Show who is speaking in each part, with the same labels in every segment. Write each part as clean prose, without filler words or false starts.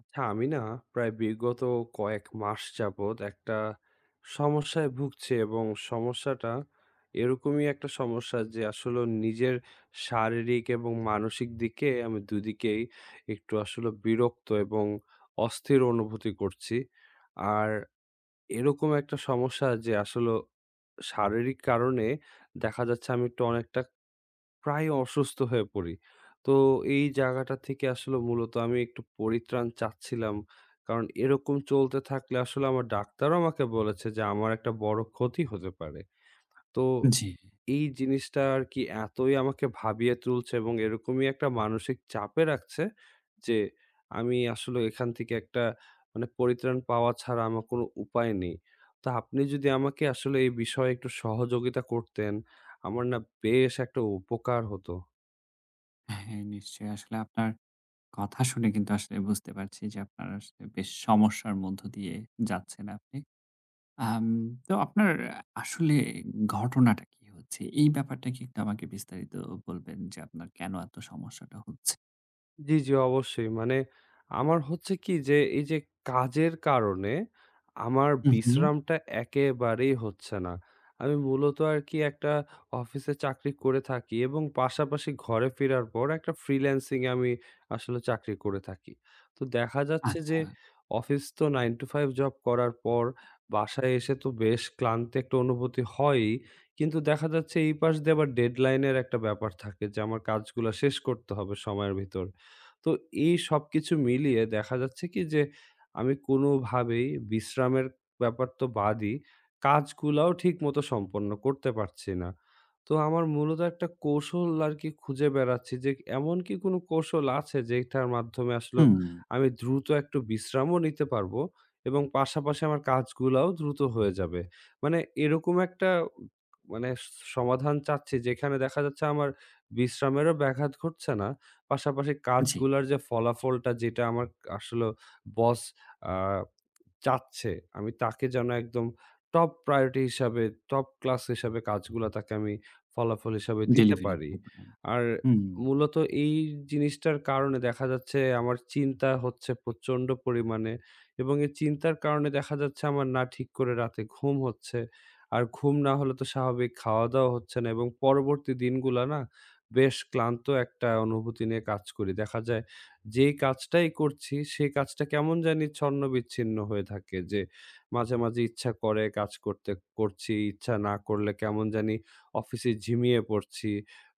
Speaker 1: আচ্ছা আমি না প্রায় বিগত কয়েক মাস যাবৎ একটা সমস্যায় ভুগছি এবং সমস্যাটা এরকমই একটা সমস্যা যে আসলে নিজের শারীরিক এবং মানসিক দিকে আমি দুদিকেই একটু আসলে বিরক্ত এবং অস্থির অনুভূতি করছি। আর এরকম একটা সমস্যা যে আসলে শারীরিক কারণে দেখা যাচ্ছে আমি একটু অনেকটা প্রায় অসুস্থ হয়ে পড়ি। তো এই জায়গাটা থেকে আসলে মূলত আমি একটু পরিত্রাণ চাচ্ছিলাম। কারণ এরকম চলতে থাকলে আসলে আমার ডাক্তারও আমাকে বলেছে যে আমার একটা বড় ক্ষতি হতে পারে। তো
Speaker 2: জি।
Speaker 1: এই জিনিসটা আর কি এতই আমাকে ভাবিয়ে তুলছে এবং এরকমই একটা মানসিক চাপে রাখছে যে আমি আসলে এখান থেকে একটা মানে পরিত্রাণ পাওয়া ছাড়া আমার কোনো উপায় নেই। তো আপনি যদি আমাকে আসলে এই বিষয়ে একটু সহযোগিতা করতেন, আমার না বেশ একটা উপকার হতো।
Speaker 2: হ্যাঁ, নিশ্চয়ই। আসলে আপনার কথা শুনে কিন্তু আসলে বুঝতে পারছি যে আপনার আসলে বেশ সমস্যার মধ্য দিয়ে যাচ্ছেন আপনি। আম তো আপনার আসলে ঘটনাটা কি হচ্ছে? এই ব্যাপারটা কি একটু আমাকে বিস্তারিত বলবেন যে আপনার কেন এত সমস্যাটা হচ্ছে?
Speaker 1: জি, জি, অবশ্যই। মানে আমার হচ্ছে কি যে এই যে কাজের কারণে আমার
Speaker 2: হু, হু।
Speaker 1: বিশ্রামটা একেবারেই হচ্ছে না। আমি মূলত আরকি একটা অফিসে চাকরি করে থাকি এবং পাশাপাশি ঘরে ফেরার পর একটা ফ্রিল্যান্সিং এ আমি আসলে চাকরি করে থাকি। তো দেখা যাচ্ছে যে
Speaker 2: আচ্ছা।
Speaker 1: অফিস তো 9 to 5 জব করার পর বাসায় এসে তো বেশ ক্লান্ত একটা অনুভূতি হয়ই। কিন্তু দেখা যাচ্ছে এই পাশ দিয়ে আবার ডেডলাইন এর একটা ব্যাপার থাকে যে আমার কাজগুলা শেষ করতে হবে সময়ের ভিতর। তো এই সবকিছু মিলিয়ে দেখা যাচ্ছে কি যে আমি কোনোভাবেই বিশ্রামের ব্যাপার তো বাদই, কাজগুলাও ঠিকমতো সম্পন্ন করতে পারছি না। তো আমার মূলত একটা কৌশল আরকি খুঁজে বেড়াচ্ছি যে এমন কি কোনো কৌশল আছে যেটার মাধ্যমে আসলেও
Speaker 2: হুম।
Speaker 1: আমি দ্রুত একটু বিশ্রামও নিতে পারবো এবং পাশাপাশি আমার কাজগুলাও দ্রুত হয়ে যাবে। মানে এরকম একটা মানে সমাধান চাচ্ছি যেখানে দেখা যাচ্ছে আমার বিশ্রামেরও ব্যাঘাত ঘটছে না, পাশাপাশি
Speaker 2: জি।
Speaker 1: কাজগুলার যে ফলাফলটা যেটা আমার আসলে বস আ চাচ্ছে। আমি তাকে যেন একদম টপ প্রায়োরিটি হিসাবে, টপ ক্লাস হিসাবে কাজগুলা তাকে আমি ফলাফল হিসাবে দিতে
Speaker 2: ডেলিভারি
Speaker 1: পারি।
Speaker 2: দিতে পারেন।
Speaker 1: আর
Speaker 2: হুম।
Speaker 1: মূলত এই জিনিসটার কারণে দেখা যাচ্ছে আমার চিন্তা হচ্ছে প্রচণ্ড পরিমাণে এবং এই চিন্তার কারণে দেখা যাচ্ছে আমার না ঠিক করে রাতে ঘুম হচ্ছে। আর ঘুম না হলে তো স্বাভাবিক খাওয়া-দাওয়া হচ্ছে না এবং পরবর্তী দিনগুলা না বেশ ক্লান্ত একটা অনুভূতি নিয়ে কাজ করি। দেখা যায় যেই কাজটাই করছি সেই কাজটা কেমন জানি ছন্নবিচ্ছিন্ন হয়ে থাকে, যে মাঝে, মাঝে ইচ্ছা করে কাজ করতে করছি, ইচ্ছা না করলে কেমন জানি অফিসে ঝিমিয়ে পড়ছি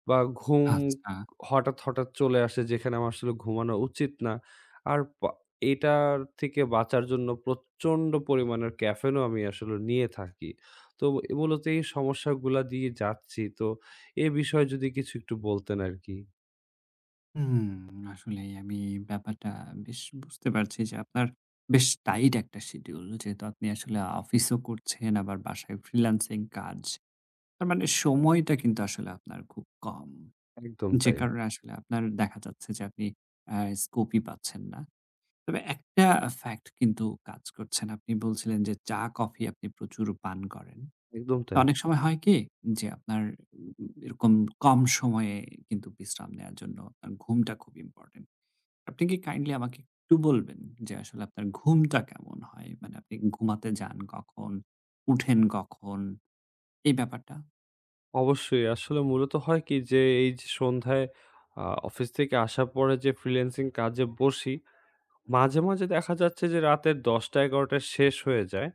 Speaker 1: বা ঘুম
Speaker 2: আচ্ছা।
Speaker 1: হঠাৎ, হঠাৎ চলে আসে যেখানে আমার আসলে ঘুমানো উচিত না। আর এটার থেকে বাঁচার জন্য প্রচণ্ড পরিমাণের ক্যাফেইনও আমি আসলে নিয়ে থাকি। তো এ মূলত এই সমস্যাগুলা দিয়ে যাচ্ছি। তো এ বিষয়ে যদি কিছু একটু বলতেন আরকি।
Speaker 2: হুম, আসলেই আমি ব্যাপারটা বেশ বুঝতে পারছি যে আপনার বেশ টাইট একটা শিডিউল। যেহেতু আপনি আসলে অফিসও করছেন আবার বাসায় ফ্রিল্যান্সিং কাজ। তার মানে সময়টা কিন্তু আসলে আপনার খুব কম।
Speaker 1: একদম
Speaker 2: যে
Speaker 1: তাই,
Speaker 2: কারণে আসলে আপনার দেখা যাচ্ছে যে আপনি আ স্কোপই পাচ্ছেন না। তবে একটা ফ্যাক্ট কিন্তু কাজ করছেন। আপনি বলছিলেন যে চা, কফি আপনি প্রচুর পান করেন।
Speaker 1: একদম
Speaker 2: তো
Speaker 1: তাই।
Speaker 2: অনেক সময় হয় কি যে আপনার উম, এরকম কম সময়ে কিন্তু বিশ্রাম নেয়ার জন্য আপনার ঘুমটা খুব ইম্পোর্টেন্ট। আপনি কি কাইন্ডলি আমাকে একটু বলবেন যে আসলে আপনার ঘুমটা কেমন হয়? মানে আপনি ঘুমাতে যান কখন? উঠেন কখন? এই ব্যাপারটা?
Speaker 1: অবশ্যই। আসলে মূলত হয় কি যে, এই যে সন্ধ্যায় অফিস থেকে আসার পরে যে ফ্রিল্যান্সিং কাজে বসি, মাঝে, মাঝে দেখা যাচ্ছে যে রাতের ১০টা ১১টা শেষ হয়ে যায়।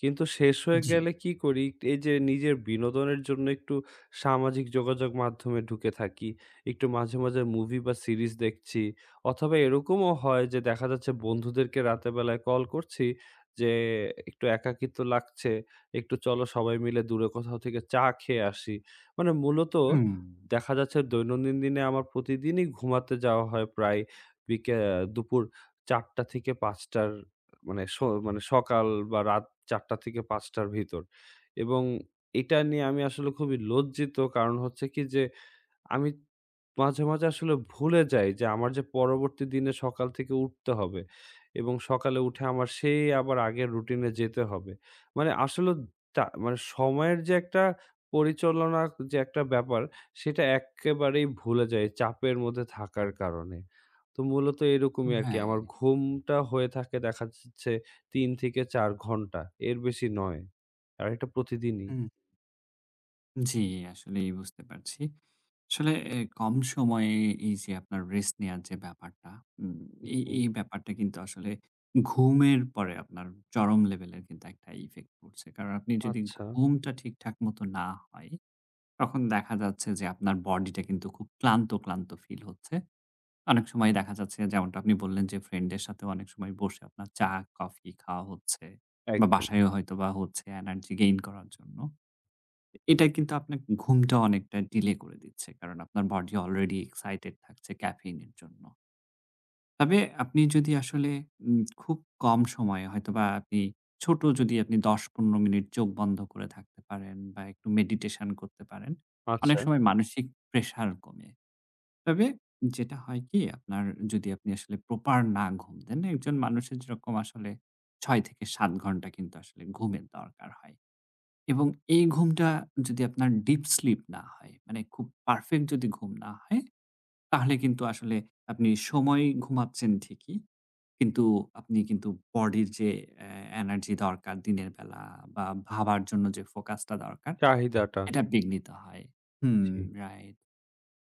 Speaker 1: কিন্তু শেষ হয়ে
Speaker 2: জি।
Speaker 1: গেলে কি করি? এই যে নিজের বিনোদনের জন্য একটু সামাজিক যোগাযোগ মাধ্যমে ঢুকে থাকি। একটু মাঝে, মাঝে মুভি বা সিরিজ দেখছি। অথবা এরকমও হয় যে দেখা যাচ্ছে বন্ধুদেরকে রাতের বেলায় কল করছি যে, "একটু একাকিত্ব লাগছে। একটু চলো সবাই মিলে দূরে কোথাও থেকে চা খেয়ে আসি।" মানে মূলত
Speaker 2: হুম।
Speaker 1: দেখা যাচ্ছে দৈনন্দিন দিনে আমার প্রতিদিনই ঘুমাতে যাওয়া হয় প্রায় বিকে দুপুর ৪ঃ০০ থেকে ৫ঃ০০ র মানে স মানে সকাল বা রাত ৪টা থেকে ৫ টার ভিতর এবং এটা নিয়ে আমি আসলে খুবই লজ্জিত। কারণ হচ্ছে কি যে আমি মাঝে, মাঝে আসলে ভুলে যাই যে আমার যে পরবর্তী দিনে সকাল থেকে উঠতে হবে এবং সকালে উঠে আমার সেই আবার আগের রুটিনে যেতে হবে। মানে আসলে তা মানে সময়ের যে একটা পরিচালনা যে একটা ব্যাপার সেটা এক্কেবারেই ভুলে যাই চাপের মধ্যে থাকার কারণে। তো মূলত এরকমই আরকি আমার
Speaker 2: রাইট।
Speaker 1: ঘুমটা হয়ে থাকে, দেখা যাচ্ছে ৩ থেকে ৪ ঘন্টা। এর বেশি নয়। আর এটা প্রতিদিনই।
Speaker 2: হুম। জি, আসলেই বুঝতে পারছি। আসলে এ কম সময়ে এই যে আপনার রেস্ট নেয়ার যে ব্যাপারটা, উম এই
Speaker 1: হুম,
Speaker 2: এই ব্যাপারটা কিন্তু আসলে ঘুমের পরে আপনার চরম লেভেলের কিন্তু একটা ইফেক্ট পড়ছে। কারণ আপনি যদি
Speaker 1: আচ্ছা।
Speaker 2: ঘুমটা ঠিকঠাক মতো না হয় তখন দেখা যাচ্ছে যে আপনার বডিটা কিন্তু খুব ক্লান্ত, ক্লান্ত ফিল হচ্ছে। অনেক সময় দেখা যাচ্ছে যেমনটা আপনি বললেন যে ফ্রেন্ডের সাথেও অনেক সময় বসে আপনার চা, কফি খাওয়া হচ্ছে বা
Speaker 1: একদম।
Speaker 2: বাসায়ও হয়তোবা হচ্ছে এনার্জি গেইন করার জন্য। এটা কিন্তু আপনার ঘুমটা অনেকটা ডিলে করে দিচ্ছে। কারণ আপনার বডি অলরেডি এক্সাইটেড থাকছে ক্যাফেইন এর জন্য। তবে আপনি যদি আসলে খুব কম সময়ে হয়তোবা আপনি ছোট যদি আপনি ১০-১৫ মিনিট চোখ বন্ধ করে থাকতে পারেন বা একটু মেডিটেশন করতে পারেন, অনেক
Speaker 1: আচ্ছা।
Speaker 2: সময় মানসিক প্রেশার কমে। তবে যেটা হয় কি আপনার যদি আপনি আসলে প্রপার না ঘুম দেন, একজন মানুষের যেরকম আসলে ৬ থেকে ৭ ঘন্টা কিন্তু আসলে ঘুমের দরকার হয় এবং এই ঘুমটা যদি আপনার ডিপ স্লিপ না হয়, মানে খুব পারফেক্ট যদি ঘুম না হয়, তাহলে কিন্তু আসলে আপনি সময় ঘুমাচ্ছেন ঠিকই কিন্তু আপনি কিন্তু বডির যে অ্যা এনার্জি দরকার দিনের বেলা বা ভাবার জন্য যে ফোকাসটা দরকার,
Speaker 1: চাহিদাটা।
Speaker 2: এটা বিঘ্নিত হয়। হুম,
Speaker 1: জি।
Speaker 2: রাইট।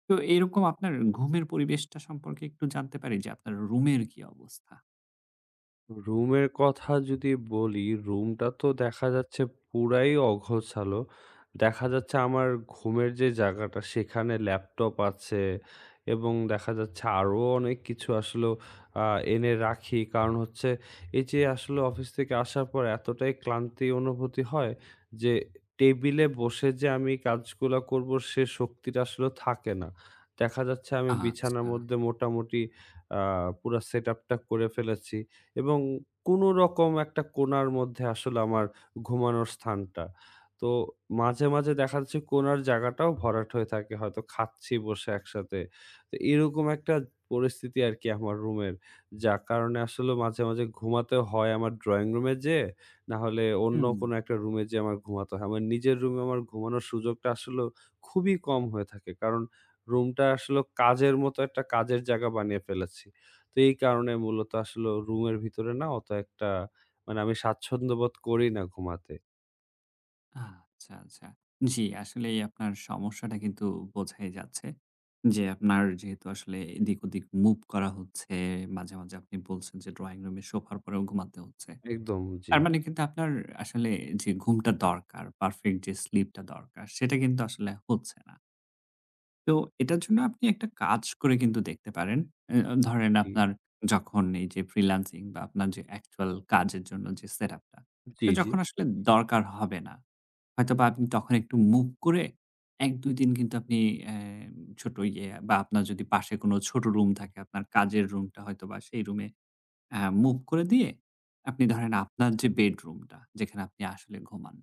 Speaker 2: তো এরকম আপনার ঘুমের পরিবেশটা সম্পর্কে একটু জানতে পারি যে আপনার রুমের কি অবস্থা?
Speaker 1: রুমের কথা যদি বলি, রুমটা তো দেখা যাচ্ছে পুরাই অগোছালো। দেখা যাচ্ছে আমার ঘুমের যে জায়গাটা সেখানে ল্যাপটপ আছে এবং দেখা যাচ্ছে আরো অনেক কিছু আসলেও আ এনে রাখি। কারণ হচ্ছে এই যে আসলে অফিস থেকে আসার পর এতটাই ক্লান্তি অনুভূতি হয় যে টেবিলে বসে যে আমি কাজগুলা করব সে শক্তিটা আসলে থাকে না। দেখা যাচ্ছে আমি বিছানার
Speaker 2: আচ্ছা।
Speaker 1: মধ্যে মোটামুটি আ পুরা সেটআপটা করে ফেলেছি। এবং কোনো রকম একটা কোণার মধ্যে আসলে আমার ঘুমানোর স্থানটা। তো মাঝে, মাঝে দেখা যাচ্ছে কোণার জায়গাটাও ভরাট হয়ে থাকে। হয়তো খাচ্ছি বসে একসাথে। তো এরকম একটা পরিস্থিতি আরকি আমার রুমের। যার কারণে আসলে মাঝে, মাঝে ঘুমাতে হয় আমার ড্রয়িং রুমে যেয়ে, নাহলে অন্য
Speaker 2: হুম।
Speaker 1: কোনো একটা রুমে যেয়ে আমার ঘুমাতে হয়। আমার নিজের রুমে আমার ঘুমানোর সুযোগটা আসলেও খুবই কম হয়ে থাকে। কারণ রুমটা আসলে কাজের মতো একটা কাজের জায়গা বানিয়ে ফেলেছি। তো এই কারণে মূলত আসলে রুমের ভিতরে না অত একটা, মানে আমি স্বাচ্ছন্দ্য বোধ করি না ঘুমাতে।
Speaker 2: আচ্ছা, আচ্ছা। জি, আসলেই আপনার সমস্যাটা কিন্তু বোঝাই যাচ্ছে। যে আপনার যেহেতু আসলে এদিক ওদিক মুভ করা হচ্ছে, মাঝে, মাঝে আপনি বলছেন যে ড্রইং রুমে সোফার পরেও ঘুমাতে হচ্ছে।
Speaker 1: একদম। জি,
Speaker 2: তার মানে কিন্তু আপনার আসলে যে ঘুমটা দরকার, পারফেক্ট যে স্লিপটা দরকার, সেটা কিন্তু আসলে হচ্ছে না। তো এটার জন্য আপনি একটা কাজ করে কিন্তু দেখতে পারেন। এ ধরেন
Speaker 1: জি,
Speaker 2: আপনার যখন এই যে ফ্রিল্যান্সিং বা আপনার যে অ্যাকচুয়াল কাজের জন্য যে সেটআপটা,
Speaker 1: জি,
Speaker 2: এটা
Speaker 1: জি,
Speaker 2: যখন আসলে দরকার হবে না, হয়তোবা আপনি তখন একটু মুভ করে ১-২ দিন কিন্তু আপনি অ্যা ছোট ইয়ে বা আপনার যদি পাশে কোনো ছোট রুম থাকে, আপনার কাজের রুমটা হয়তোবা সেই রুমে হ্যাঁ, মুভ করে দিয়ে আপনি ধরেন আপনার যে বেডরুমটা যেখানে আপনি আসলে ঘুমান,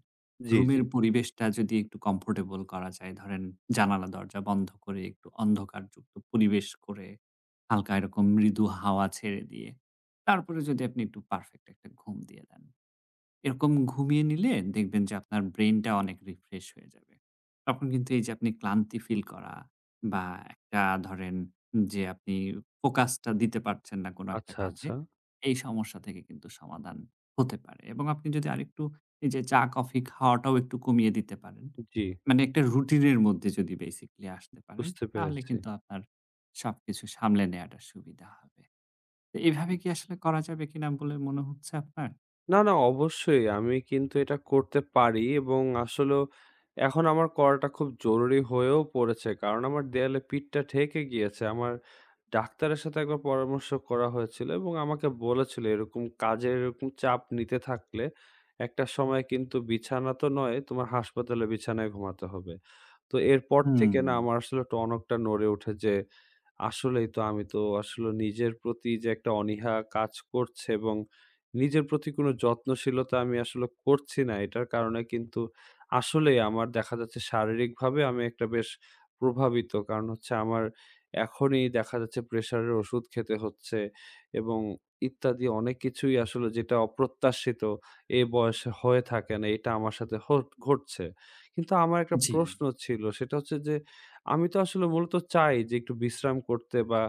Speaker 1: জি, জি।
Speaker 2: রুমের পরিবেশটা যদি একটু কমফোর্টেবল করা যায়, ধরেন জানালা দরজা বন্ধ করে একটু অন্ধকারযুক্ত পরিবেশ করে হালকা এরকম মৃদু হাওয়া ছেড়ে দিয়ে, তারপরে যদি আপনি একটু পারফেক্ট একটা ঘুম দিয়ে দেন। এরকম ঘুমিয়ে নিলে দেখবেন যে আপনার ব্রেইনটা অনেক রিফ্রেশ হয়ে যাবে। তখন কিন্তু এই যে আপনি ক্লান্তি ফিল করা বা একটা ধরেন যে আপনি ফোকাসটা দিতে পারছেন না কোনো একটা
Speaker 1: আচ্ছা,
Speaker 2: কাজে,
Speaker 1: আচ্ছা।
Speaker 2: এই সমস্যা থেকে কিন্তু সমাধান হতে পারে। এবং আপনি যদি আরেকটু এই যে চা-কফি খাওয়াটাও একটু কমিয়ে দিতে পারেন।
Speaker 1: জি,
Speaker 2: মানে একটা রুটিনের মধ্যে যদি বেসিক্যালি আসতে পারেন,
Speaker 1: বুঝতে
Speaker 2: তাহলে
Speaker 1: পেরেছি।
Speaker 2: কিন্তু আপনার সবকিছু সামলে নেয়াটা সুবিধা হবে। তো এভাবে কি আসলে করা যাবে কিনা বলে মনে হচ্ছে আপনার?
Speaker 1: না, না, অবশ্যই। আমি কিন্তু এটা করতে পারি এবং আসলেও এখন আমার করাটা খুব জরুরি হয়েও পড়েছে। কারণ আমার দেয়ালে পিঠটা ঠেকে গিয়েছে। আমার ডাক্তারের সাথে একবার পরামর্শ করা হয়েছিল এবং আমাকে বলেছিল এরকম কাজের এরকম চাপ নিতে থাকলে একটা সময় কিন্তু বিছানা তো নয়, তোমার হাসপাতালে বিছানায় ঘুমাতে হবে। তো এরপর
Speaker 2: হুম।
Speaker 1: থেকে না আমার আসলে টনকটা নড়ে ওঠে যে আসলেই তো আমি তো আসলে নিজের প্রতি যে একটা অনীহা কাজ করছে এবং নিজের প্রতি কোনো যত্নশীলতা আমি আসলে করছি না। এটার কারণে কিন্তু আসলেই আমার দেখা যাচ্ছে শারীরিকভাবে আমি একটা বেশ প্রভাবিত। কারণ হচ্ছে আমার এখনই দেখা যাচ্ছে প্রেশারের ওষুধ খেতে হচ্ছে এবং ইত্যাদি অনেক কিছুই আসলে, যেটা অপ্রত্যাশিত এই বয়সে হয়ে থাকে না, এটা আমার সাথে ঘটছে। কিন্তু আমার একটা
Speaker 2: জি,
Speaker 1: প্রশ্ন ছিল, সেটা হচ্ছে যে, আমি তো আসলে মূলত চাই যে একটু বিশ্রাম করতে বা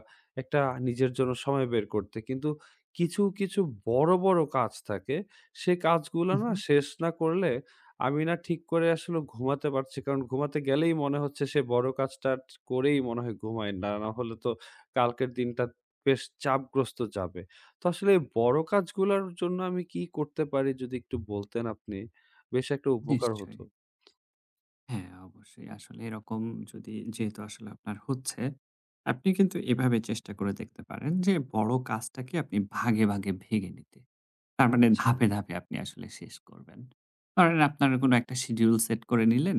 Speaker 1: একটা নিজের জন্য সময় বের করতে। কিন্তু কিছু, কিছু বড়, বড় কাজ থাকে। সে কাজগুলো
Speaker 2: হু,
Speaker 1: না
Speaker 2: হু,
Speaker 1: শেষ না করলে আমি না ঠিক করে আসলে ঘুমাতে পারছি। কারণ ঘুমাতে গেলেই মনে হচ্ছে সে বড় কাজটা করেই মনে হয় ঘুমাই। না, না হলে তো কালকের দিনটা বেশ চাপগ্রস্ত যাবে। তো আসলে এই বড় কাজগুলোর জন্য আমি কি করতে পারি যদি একটু বলতেন আপনি? বেশ একটা উপকার
Speaker 2: নিশ্চয়ই।
Speaker 1: হতো।
Speaker 2: হ্যাঁ, অবশ্যই। আসলে এরকম যদি যেহেতু আসলে আপনার হচ্ছে, আপনি কিন্তু এভাবে চেষ্টা করে দেখতে পারেন যে বড় কাজটাকে আপনি ভাগে, ভাগে ভেঙে নিতে। তার মানে
Speaker 1: আচ্ছা,
Speaker 2: ধাপে, ধাপে আপনি আসলে শেষ করবেন। ধরেন আপনার কোনো একটা শিডিউল সেট করে নিলেন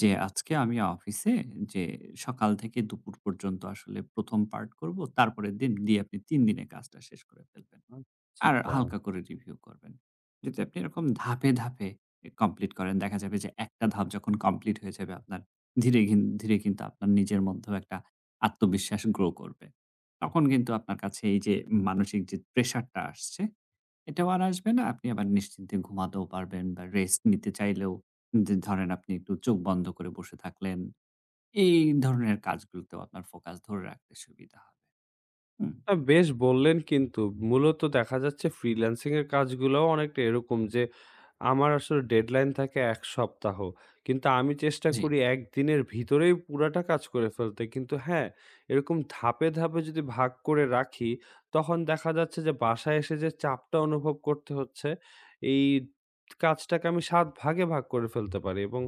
Speaker 2: যে আজকে আমি অফিসে যে সকাল থেকে দুপুর পর্যন্ত আসলে ১ম পার্ট করব। তারপরের দিন দিয়ে আপনি ৩ দিনে কাজটা শেষ করে ফেলবেন। আর
Speaker 1: আচ্ছা।
Speaker 2: হালকা করে রিভিউ করবেন। যদি আপনি এরকম ধাপে, ধাপে এ কমপ্লিট করেন দেখা যাবে যে একটা ধাপ যখন কমপ্লিট হয়ে যাবে আপনার ধীরে কিন্তু আপনার নিজের মধ্যেও একটা আত্মবিশ্বাস গ্রো করবে। তখন কিন্তু আপনার কাছে এই যে মানসিক যে প্রেশারটা আসছে এটাও আর আসবে না। আপনি আবার নিশ্চিন্তে ঘুমাতেও পারবেন বা রেস্ট নিতে চাইলেও যে ধরেন আপনি একটু চোখ বন্ধ করে বসে থাকলেন। এই ধরনের কাজগুলোতেও আপনার ফোকাস ধরে রাখতে সুবিধা হবে। হুম,
Speaker 1: বেশ বললেন কিন্তু। মূলত দেখা যাচ্ছে ফ্রিল্যান্সিং এর কাজগুলাও অনেকটা এরকম যে, আমার আসলে ডেডলাইন থাকে ১ সপ্তাহ। কিন্তু আমি চেষ্টা
Speaker 2: জি,
Speaker 1: করি ১ দিনের ভিতরেই পুরাটা কাজ করে ফেলতে। কিন্তু হ্যাঁ, এরকম ধাপে, ধাপে যদি ভাগ করে রাখি, তখন দেখা যাচ্ছে যে বাসায় এসে যে চাপটা অনুভব করতে হচ্ছে, এই কাজটাকে আমি ৭ ভাগে ভাগ করে ফেলতে পারি এবং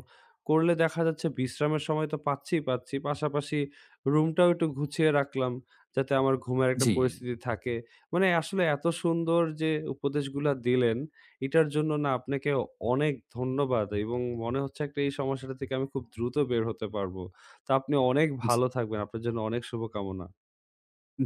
Speaker 1: করলে দেখা যাচ্ছে বিশ্রামের সময় তো পাচ্ছিই পাচ্ছি। পাশাপাশি রুমটাও একটু গুছিয়ে রাখলাম। যাতে আমার ঘুমের একটা
Speaker 2: জি,
Speaker 1: পরিস্থিতি থাকে। মানে আসলে এত সুন্দর যে উপদেশগুলা দিলেন, এটার জন্য না আপনাকে অনেক ধন্যবাদ এবং মনে হচ্ছে একটা এই সমস্যাটা থেকে আমি খুব দ্রুত বের হতে পারবো। তো আপনি অনেক
Speaker 2: জি,
Speaker 1: ভালো থাকবেন। আপনার জন্য অনেক শুভকামনা।
Speaker 2: জি।